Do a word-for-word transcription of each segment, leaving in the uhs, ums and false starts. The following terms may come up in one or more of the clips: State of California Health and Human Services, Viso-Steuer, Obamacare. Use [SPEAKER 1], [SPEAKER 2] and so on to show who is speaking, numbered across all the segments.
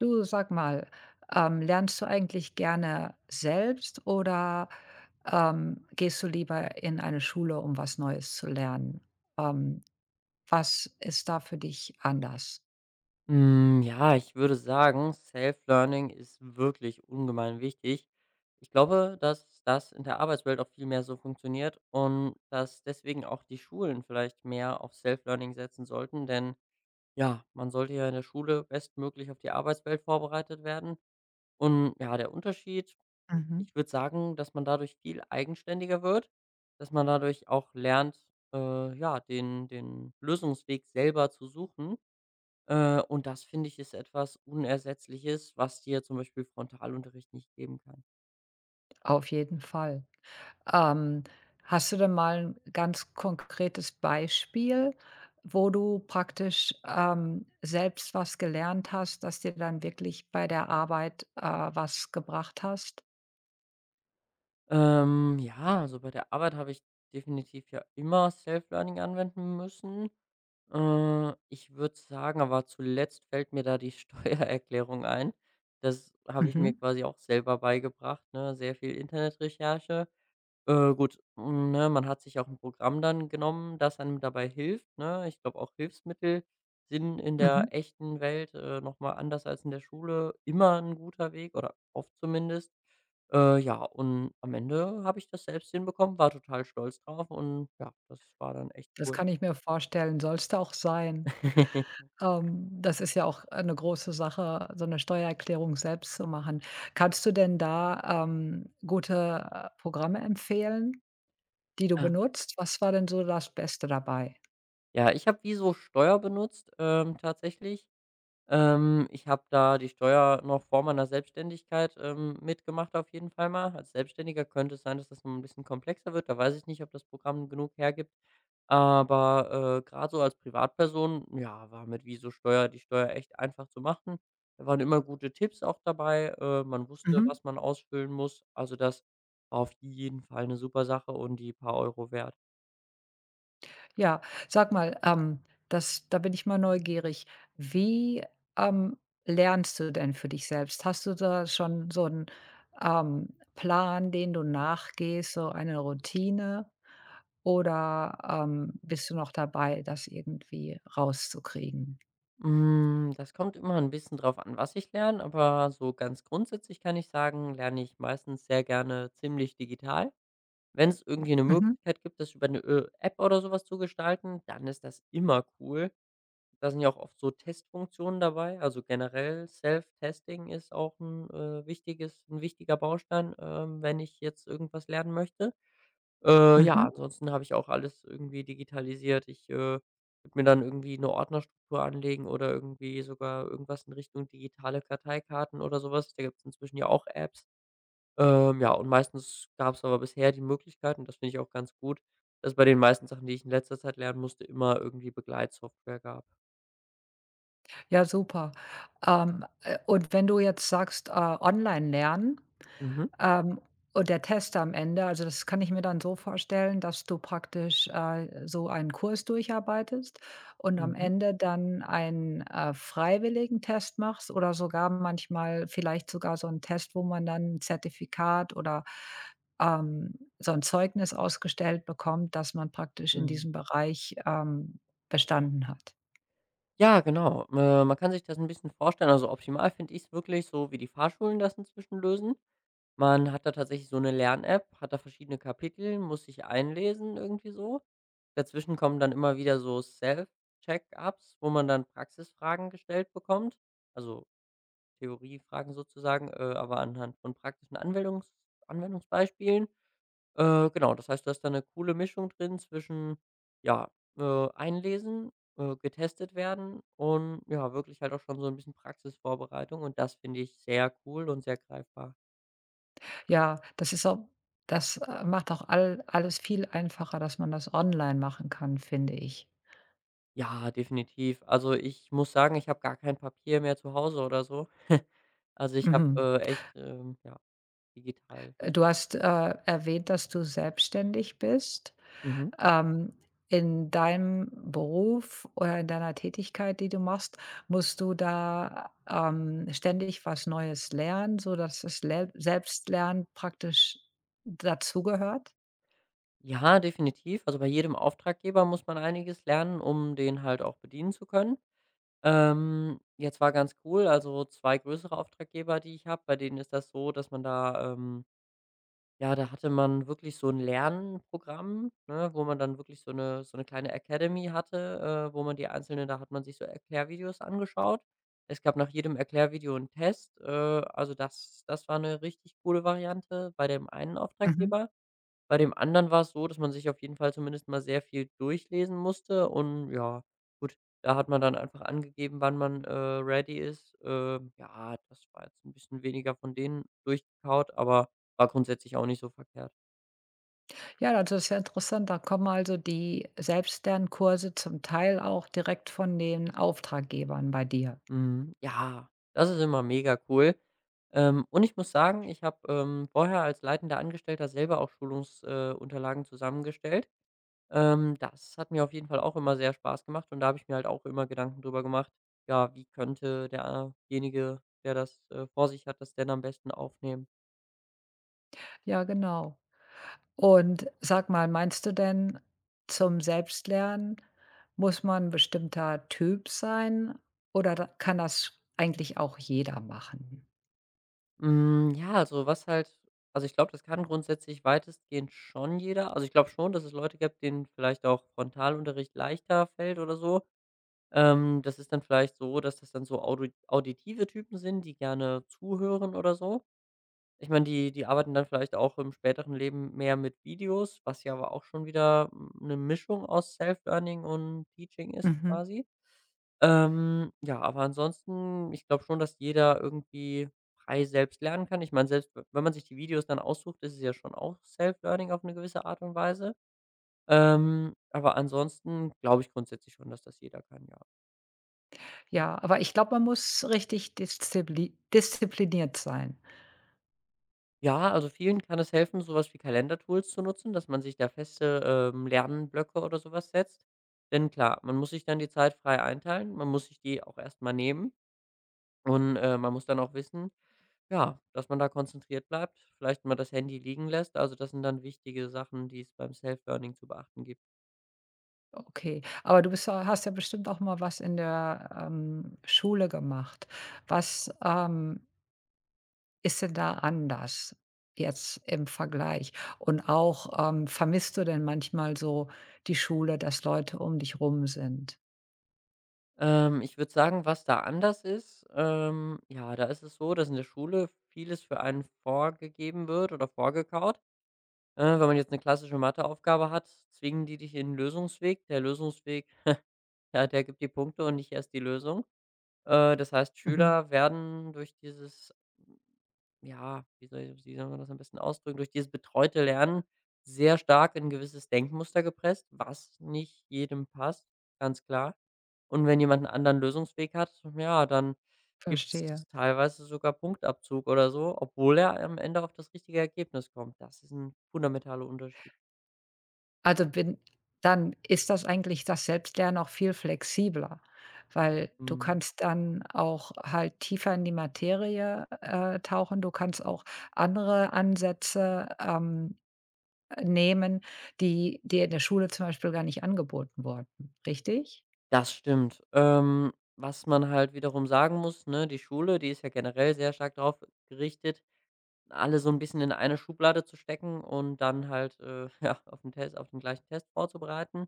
[SPEAKER 1] Du, sag mal, ähm, lernst du eigentlich gerne selbst oder ähm, gehst du lieber in eine Schule, um was Neues zu lernen? Ähm, Was ist da für dich anders?
[SPEAKER 2] Hm, ja, ich würde sagen, Self-Learning ist wirklich ungemein wichtig. Ich glaube, dass das in der Arbeitswelt auch viel mehr so funktioniert und dass deswegen auch die Schulen vielleicht mehr auf Self-Learning setzen sollten, denn ja, man sollte ja in der Schule bestmöglich auf die Arbeitswelt vorbereitet werden. Und ja, der Unterschied,
[SPEAKER 1] Mhm.
[SPEAKER 2] ich würde sagen, dass man dadurch viel eigenständiger wird, dass man dadurch auch lernt, äh, ja, den, den Lösungsweg selber zu suchen äh, und das finde ich ist etwas Unersetzliches, was dir zum Beispiel Frontalunterricht nicht geben kann.
[SPEAKER 1] Auf jeden Fall. Ähm, Hast du denn mal ein ganz konkretes Beispiel, wo du praktisch ähm, selbst was gelernt hast, das dir dann wirklich bei der Arbeit äh, was gebracht hast?
[SPEAKER 2] Ähm, ja, also bei der Arbeit habe ich definitiv ja immer Self-Learning anwenden müssen. Äh, ich würde sagen, aber zuletzt fällt mir da die Steuererklärung ein. Das habe ich mir
[SPEAKER 1] Mhm.
[SPEAKER 2] quasi auch selber beigebracht, ne? Sehr viel Internetrecherche. Äh, gut, hm, ne, man hat sich auch ein Programm dann genommen, das einem dabei hilft, ne? Ich glaube, auch Hilfsmittel sind in der
[SPEAKER 1] Mhm.
[SPEAKER 2] echten Welt, äh, noch mal anders als in der Schule immer ein guter Weg oder oft zumindest. Äh, ja, und am Ende habe ich das selbst hinbekommen, war total stolz drauf und ja, das war dann echt
[SPEAKER 1] Das
[SPEAKER 2] cool.
[SPEAKER 1] kann ich mir vorstellen, soll's auch sein. Ähm, das ist ja auch eine große Sache, so eine Steuererklärung selbst zu machen. Kannst du denn da, ähm, gute, äh, Programme empfehlen, die du
[SPEAKER 2] Ja.
[SPEAKER 1] benutzt? Was war denn so das Beste dabei?
[SPEAKER 2] Ja, ich habe wie so Steuer benutzt, ähm, tatsächlich. Ähm, ich habe da die Steuer noch vor meiner Selbstständigkeit, ähm, mitgemacht auf jeden Fall mal. Als Selbstständiger könnte es sein, dass das noch 'n bisschen komplexer wird. Da weiß ich nicht, ob das Programm genug hergibt. Aber, äh, grad so als Privatperson, ja, war mit Viso-Steuer die Steuer echt einfach zu machen. Da waren immer gute Tipps auch dabei. Äh, man wusste,
[SPEAKER 1] Mhm.
[SPEAKER 2] was man ausfüllen muss. Also, das war auf jeden Fall eine super Sache und die paar Euro wert.
[SPEAKER 1] Ja, sag mal, ähm, das da bin ich mal neugierig. Wie, ähm, lernst du denn für dich selbst? Hast du da schon so einen ähm, Plan, den du nachgehst, so eine Routine? Oder, ähm, bist du noch dabei, das irgendwie rauszukriegen?
[SPEAKER 2] Hm, das kommt immer ein bisschen drauf an, was ich lerne, aber so ganz grundsätzlich kann ich sagen, lerne ich meistens sehr gerne ziemlich digital. Wenn es irgendwie eine
[SPEAKER 1] Mhm,
[SPEAKER 2] Möglichkeit gibt, das über eine äh, App oder sowas zu gestalten, dann ist das immer cool. Da sind ja auch oft so Testfunktionen dabei. Also, generell Self-Testing ist auch ein äh, wichtiges ein wichtiger Baustein, ähm, wenn ich jetzt irgendwas lernen möchte. Äh, ja,
[SPEAKER 1] mhm.
[SPEAKER 2] ansonsten habe ich auch alles irgendwie digitalisiert. Ich, äh, würde mir dann irgendwie eine Ordnerstruktur anlegen oder irgendwie sogar irgendwas in Richtung digitale Karteikarten oder sowas. Da gibt es inzwischen ja auch Apps. Ähm, ja, und meistens gab es aber bisher die Möglichkeit und das finde ich auch ganz gut, dass es bei den meisten Sachen, die ich in letzter Zeit lernen musste, immer irgendwie Begleitsoftware gab.
[SPEAKER 1] Ja, super. Ähm, äh, und wenn du jetzt sagst, äh, online lernen.
[SPEAKER 2] Mhm.
[SPEAKER 1] Ähm, und der Test am Ende, also das kann ich mir dann so vorstellen, dass du praktisch äh, so einen Kurs durcharbeitest und am
[SPEAKER 2] Mhm.
[SPEAKER 1] Ende dann einen äh, freiwilligen Test machst oder sogar manchmal vielleicht sogar so einen Test, wo man dann ein Zertifikat oder ähm, so ein Zeugnis ausgestellt bekommt, dass man praktisch in
[SPEAKER 2] Mhm.
[SPEAKER 1] diesem Bereich ähm, bestanden hat.
[SPEAKER 2] Ja, genau. Äh, man kann sich das ein bisschen vorstellen. Also, optimal finde ich es wirklich so, wie die Fahrschulen das inzwischen lösen. Man hat da tatsächlich so eine Lern-App, hat da verschiedene Kapitel, muss sich einlesen irgendwie so. Dazwischen kommen dann immer wieder so Self-Check-ups, wo man dann Praxisfragen gestellt bekommt, also Theoriefragen sozusagen, äh, aber anhand von praktischen Anwendungs Anwendungsbeispielen. Äh, genau, das heißt, da ist dann 'ne coole Mischung drin zwischen, ja, äh, einlesen, äh, getestet werden und ja, wirklich halt auch schon so ein bisschen Praxisvorbereitung und das finde ich sehr cool und sehr greifbar.
[SPEAKER 1] Ja, das ist auch, das äh, macht auch all, alles viel einfacher, dass man das online machen kann, finde ich.
[SPEAKER 2] Ja, definitiv. Also, ich muss sagen, ich habe gar kein Papier mehr zu Hause oder so. Also, ich habe,
[SPEAKER 1] Mhm.
[SPEAKER 2] äh, echt, ähm, ja, digital
[SPEAKER 1] Äh,
[SPEAKER 2] durch
[SPEAKER 1] du hast, äh, erwähnt, dass du selbstständig bist.
[SPEAKER 2] mhm.
[SPEAKER 1] Ähm, in deinem Beruf oder in deiner Tätigkeit, die du machst, musst du da, ähm, ständig was Neues lernen, sodass das Lern Selbstlernen praktisch dazugehört?
[SPEAKER 2] Ja, definitiv. Also, bei jedem Auftraggeber muss man einiges lernen, um den halt auch bedienen zu können. Ähm, jetzt war ganz cool, also zwei größere Auftraggeber, die ich habe, bei denen ist das so, dass man da, ähm Ja, da hatte man wirklich so ein Lernprogramm, ne, wo man dann wirklich so eine so eine kleine Academy hatte, äh, wo man die einzelnen da hat man sich so Erklärvideos angeschaut. Es gab nach jedem Erklärvideo einen Test, äh, also das das war eine richtig coole Variante bei dem einen
[SPEAKER 1] Mhm.
[SPEAKER 2] Auftraggeber. Bei dem anderen war es so, dass man sich auf jeden Fall zumindest mal sehr viel durchlesen musste und ja, gut, da hat man dann einfach angegeben, wann man, äh, ready ist. Ähm, ja, das war jetzt ein bisschen weniger von denen durchgekaut, aber war grundsätzlich auch nicht so verkehrt.
[SPEAKER 1] Ja, also das ist ja interessant. Da kommen also die Selbstlernkurse zum Teil auch direkt von den Auftraggebern bei dir.
[SPEAKER 2] Mhm. Ja, das ist immer mega cool. Ähm, und ich muss sagen, ich habe, ähm, vorher als leitender Angestellter selber auch Schulungsunterlagen äh, Unterlagen zusammengestellt. Ähm, das hat mir auf jeden Fall auch immer sehr Spaß gemacht und da habe ich mir halt auch immer Gedanken drüber gemacht, ja, wie könnte derjenige, der das, äh, vor sich hat, das denn am besten aufnehmen?
[SPEAKER 1] Ja, genau. Und sag mal, meinst du denn, zum Selbstlernen muss man 'n bestimmter Typ sein oder da kann das eigentlich auch jeder machen?
[SPEAKER 2] Hm, ja, also was halt Also ich glaube, das kann grundsätzlich weitestgehend schon jeder. Also, ich glaube schon, dass es Leute gibt, denen vielleicht auch Frontalunterricht leichter fällt oder so. Ähm, das ist dann vielleicht so, dass das dann so audi auditive Typen sind, die gerne zuhören oder so. Ich meine, die die arbeiten dann vielleicht auch im späteren Leben mehr mit Videos, was ja aber auch schon wieder hm, eine Mischung aus Self-Learning und Teaching ist
[SPEAKER 1] Mhm.
[SPEAKER 2] quasi. Ähm, ja, aber ansonsten, ich glaube schon, dass jeder irgendwie frei selbst lernen kann. Ich meine, selbst w wenn man sich die Videos dann aussucht, ist es ja schon auch Self-Learning auf eine gewisse Art und Weise. Ähm, aber ansonsten glaube ich grundsätzlich schon, dass das jeder kann, ja.
[SPEAKER 1] Ja, aber ich glaube, man muss richtig diszipli diszipliniert sein.
[SPEAKER 2] Ja, also vielen kann es helfen, sowas wie Kalendertools zu nutzen, dass man sich da feste, ähm, Lernblöcke oder sowas setzt. Denn klar, man muss sich dann die Zeit frei einteilen, man muss sich die auch erstmal nehmen und, äh, man muss dann auch wissen, ja, dass man da konzentriert bleibt, vielleicht mal das Handy liegen lässt. Also, das sind dann wichtige Sachen, die es beim Self-Learning zu beachten gibt.
[SPEAKER 1] Okay, aber du bist ja hast ja bestimmt auch mal was in der, ähm, Schule gemacht. Was, ähm Ist denn da anders jetzt im Vergleich? Und auch, ähm, vermisst du denn manchmal so die Schule, dass Leute um dich rum sind?
[SPEAKER 2] Ähm, ich würde sagen, was da anders ist, ähm, ja, da ist es so, dass in der Schule vieles für einen vorgegeben wird oder vorgekaut. Äh, wenn man jetzt eine klassische Matheaufgabe hat, zwingen die dich in den Lösungsweg. Der Lösungsweg, ja, der gibt die Punkte und nicht erst die Lösung. Äh, das heißt,
[SPEAKER 1] Mhm,
[SPEAKER 2] Schüler werden durch dieses, ja, wie soll wie soll man das am besten ausdrücken, durch dieses betreute Lernen sehr stark in 'n gewisses Denkmuster gepresst, was nicht jedem passt, ganz klar. Und wenn jemand einen anderen Lösungsweg hat, ja, dann gibt
[SPEAKER 1] verstehe.
[SPEAKER 2] es teilweise sogar Punktabzug oder so, obwohl er am Ende auf das richtige Ergebnis kommt. Das ist ein fundamentaler Unterschied.
[SPEAKER 1] Also bin dann Ist das eigentlich das Selbstlernen auch viel flexibler, weil du
[SPEAKER 2] Hm,
[SPEAKER 1] kannst dann auch halt tiefer in die Materie, äh, tauchen. Du kannst auch andere Ansätze, ähm, nehmen, die dir in der Schule zum Beispiel gar nicht angeboten wurden, richtig?
[SPEAKER 2] Das stimmt. Ähm, was man halt wiederum sagen muss, ne, die Schule, die ist ja generell sehr stark darauf gerichtet, alle so ein bisschen in eine Schublade zu stecken und dann halt, äh, ja, auf den Test auf den gleichen Test vorzubereiten.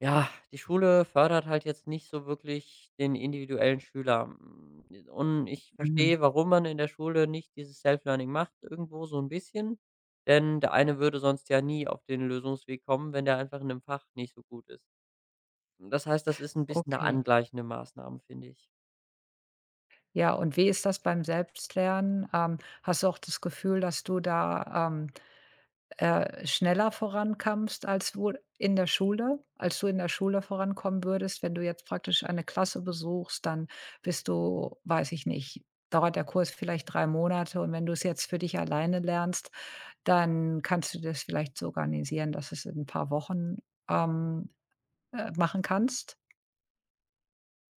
[SPEAKER 2] Ja, die Schule fördert halt jetzt nicht so wirklich den individuellen Schüler. Hm, und ich
[SPEAKER 1] Mhm.
[SPEAKER 2] verstehe, warum man in der Schule nicht dieses Self-Learning macht, irgendwo so ein bisschen, denn der eine würde sonst ja nie auf den Lösungsweg kommen, wenn der einfach in dem Fach nicht so gut ist. Hm, Das heißt, das ist ein bisschen eine
[SPEAKER 1] Okay.
[SPEAKER 2] angleichende Maßnahme, finde ich.
[SPEAKER 1] Ja, und wie ist das beim Selbstlernen? Ähm, hast du auch das Gefühl, dass du da, ähm, äh, schneller vorankommst als wohl in der Schule? Als du in der Schule vorankommen würdest, wenn du jetzt praktisch eine Klasse besuchst, dann bist du, weiß ich nicht, dauert der Kurs vielleicht drei Monate und wenn du es jetzt für dich alleine lernst, dann kannst du das vielleicht so organisieren, dass es in ein paar Wochen, ähm, äh, machen kannst?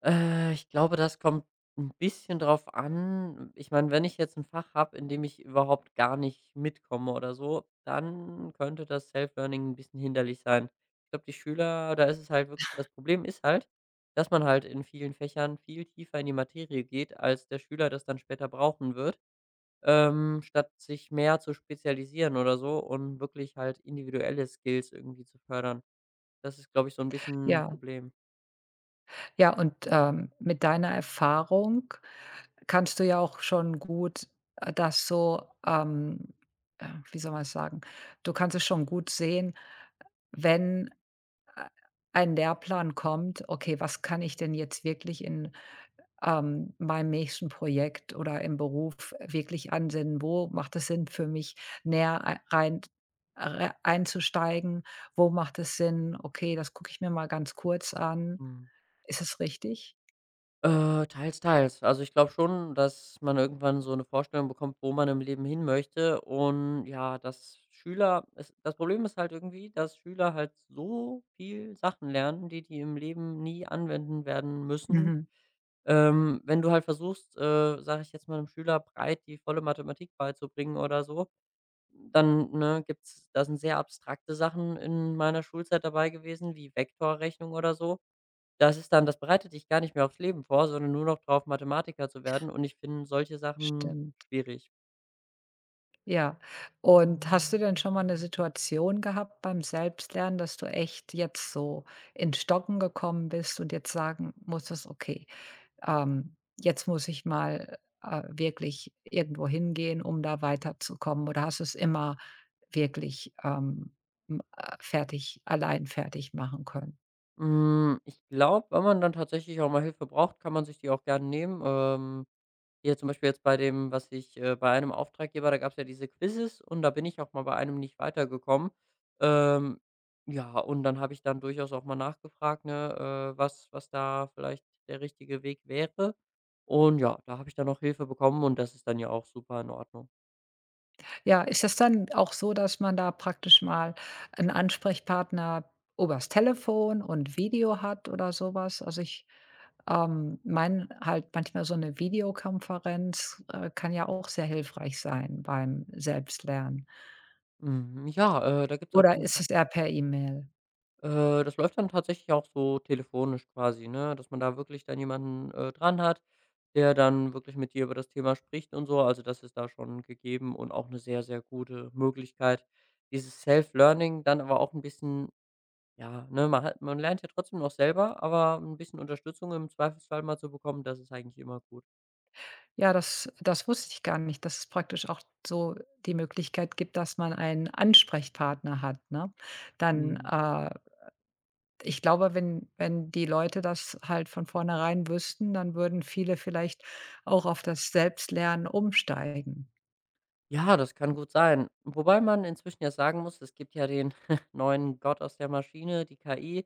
[SPEAKER 2] Äh, ich glaube, das kommt ein bisschen drauf an. Ich meine, wenn ich jetzt ein Fach habe, in dem ich überhaupt gar nicht mitkomme oder so, dann könnte das Self-Learning ein bisschen hinderlich sein. Ich glaube, die Schüler da ist es halt wirklich das Problem ist halt, dass man halt in vielen Fächern viel tiefer in die Materie geht, als der Schüler das dann später brauchen wird, ähm, statt sich mehr zu spezialisieren oder so und wirklich halt individuelle Skills irgendwie zu fördern. Das ist, glaube ich, so 'n bisschen 'n
[SPEAKER 1] Ja.
[SPEAKER 2] Problem.
[SPEAKER 1] Ja, und, ähm, mit deiner Erfahrung kannst du ja auch schon gut, äh, das so, ähm, äh, wie soll man es sagen? Du kannst es schon gut sehen, wenn, äh, ein Lehrplan kommt: „Okay, was kann ich denn jetzt wirklich in, ähm, meinem nächsten Projekt oder im Beruf wirklich ansinnen? Wo macht es Sinn für mich, näher ei rein rei einzusteigen? Wo macht es Sinn: 'Okay, das gucke ich mir mal ganz kurz an.'"
[SPEAKER 2] Mhm.
[SPEAKER 1] Ist es richtig?
[SPEAKER 2] Äh, teils, teils. Also, ich glaube schon, dass man irgendwann so 'ne Vorstellung bekommt, wo man im Leben hin möchte und ja, dass Schüler es das Problem ist halt irgendwie, dass Schüler halt so viel Sachen lernen, die die im Leben nie anwenden werden müssen.
[SPEAKER 1] Mhm.
[SPEAKER 2] Ähm, wenn du halt versuchst, äh, sage ich jetzt mal, 'nem Schüler breit die volle Mathematik beizubringen oder so, dann, ne, gibt's da sind sehr abstrakte Sachen in meiner Schulzeit dabei gewesen, wie Vektorrechnung oder so. Das ist dann das bereitet dich gar nicht mehr aufs Leben vor, sondern nur noch drauf, Mathematiker zu werden und ich finde solche Sachen
[SPEAKER 1] Stimmt,
[SPEAKER 2] schwierig.
[SPEAKER 1] ja. Und hast du denn schon mal 'ne Situation gehabt beim Selbstlernen, dass du echt jetzt so in Stocken gekommen bist und jetzt sagen musstest: „Okay, ähm, jetzt muss ich mal, äh, wirklich irgendwo hingehen, um da weiterzukommen“? Oder hast du's immer wirklich, ähm, m äh, fertig allein fertig machen können?
[SPEAKER 2] Hm, ich glaube, wenn man dann tatsächlich auch mal Hilfe braucht, kann man sich die auch gerne nehmen. Ähm, hier zum Beispiel jetzt bei dem, was ich äh, bei einem Auftraggeber da gab es ja diese Quizzes und da bin ich auch mal bei einem nicht weitergekommen. Ähm, ja, und dann habe ich dann durchaus auch mal nachgefragt, ne, äh, was was da vielleicht der richtige Weg wäre. Und ja, da habe ich dann auch Hilfe bekommen und das ist dann ja auch super in Ordnung.
[SPEAKER 1] Ja, ist das dann auch so, dass man da praktisch mal einen Ansprechpartner übers Telefon und Video hat oder sowas? Also, ich, ähm, meine halt manchmal so eine Videokonferenz, äh, kann ja auch sehr hilfreich sein beim Selbstlernen.
[SPEAKER 2] Mhm, ja, äh, da gibt's auf
[SPEAKER 1] Oder
[SPEAKER 2] jeden
[SPEAKER 1] ist
[SPEAKER 2] Fall
[SPEAKER 1] es eher per E-Mail?
[SPEAKER 2] äh, das läuft dann tatsächlich auch so telefonisch quasi, ne, dass man da wirklich dann jemanden, äh, dran hat, der dann wirklich mit dir über das Thema spricht und so. Also, das ist da schon gegeben und auch eine sehr, sehr gute Möglichkeit. Dieses Self-Learning dann aber auch ein bisschen ja, ne, man hat man lernt ja trotzdem noch selber, aber ein bisschen Unterstützung im Zweifelsfall mal zu bekommen, das ist eigentlich immer gut.
[SPEAKER 1] Ja, das das wusste ich gar nicht, dass es praktisch auch so die Möglichkeit gibt, dass man einen Ansprechpartner hat, ne? Dann,
[SPEAKER 2] Mhm.
[SPEAKER 1] äh Ich glaube, wenn wenn die Leute das halt von vornherein wüssten, dann würden viele vielleicht auch auf das Selbstlernen umsteigen.
[SPEAKER 2] Ja, das kann gut sein. Wobei man inzwischen ja sagen muss, es gibt ja den neuen Gott aus der Maschine, die K I,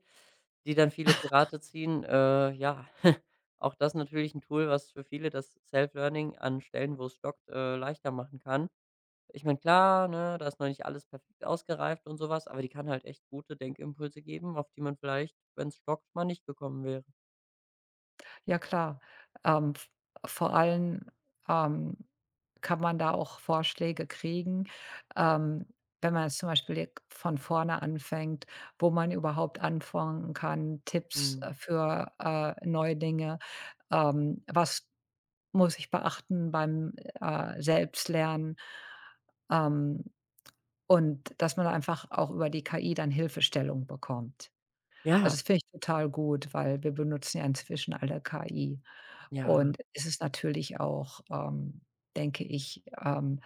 [SPEAKER 2] die dann viele zu Rate ziehen. Äh, ja, auch das natürlich ein Tool, was für viele das Self-Learning an Stellen, wo es stockt, äh, leichter machen kann. Ich meine, klar, ne, da ist noch nicht alles perfekt ausgereift und sowas, aber die kann halt echt gute Denkimpulse geben, auf die man vielleicht, wenn es stockt, mal nicht gekommen wäre.
[SPEAKER 1] Ja klar, ähm, v vor allem, ähm, kann man da auch Vorschläge kriegen, ähm, wenn man jetzt zum Beispiel jetzt von vorne anfängt, wo man überhaupt anfangen kann, Tipps, äh,
[SPEAKER 2] Mhm.
[SPEAKER 1] für, äh, Neulinge, ähm, was muss ich beachten beim, äh, Selbstlernen? Ähm Und dass man einfach auch über die K I dann Hilfestellung bekommt. Also,
[SPEAKER 2] Ja,
[SPEAKER 1] das finde ich total gut, weil wir benutzen ja inzwischen alle K I.
[SPEAKER 2] ja,
[SPEAKER 1] Und es ist natürlich auch, ähm, denke ich, ähm,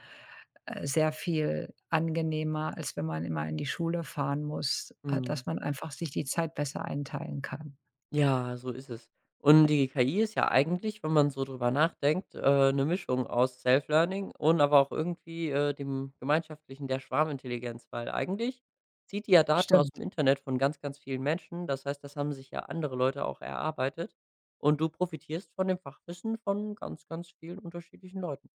[SPEAKER 1] äh, sehr viel angenehmer, als wenn man immer in die Schule fahren muss, äh,
[SPEAKER 2] mhm.
[SPEAKER 1] dass man einfach sich die Zeit besser einteilen kann.
[SPEAKER 2] Ja, so ist es. Und die K I ist ja eigentlich, wenn man so drüber nachdenkt, äh, eine Mischung aus Self-Learning und aber auch irgendwie, äh, dem gemeinschaftlichen der Schwarmintelligenz, weil eigentlich zieht die ja Daten aus
[SPEAKER 1] Stimmt,
[SPEAKER 2] dem Internet von ganz, ganz vielen Menschen. Das heißt, das haben sich ja andere Leute auch erarbeitet und du profitierst von dem Fachwissen von ganz, ganz vielen unterschiedlichen Leuten.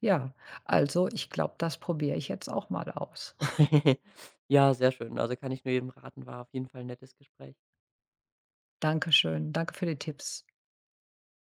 [SPEAKER 1] ja. Also, ich glaube, das probiere ich jetzt auch mal aus.
[SPEAKER 2] Ja, sehr schön. Also, kann ich nur jedem raten, war auf jeden Fall ein nettes Gespräch.
[SPEAKER 1] Dankeschön. Danke für die Tipps.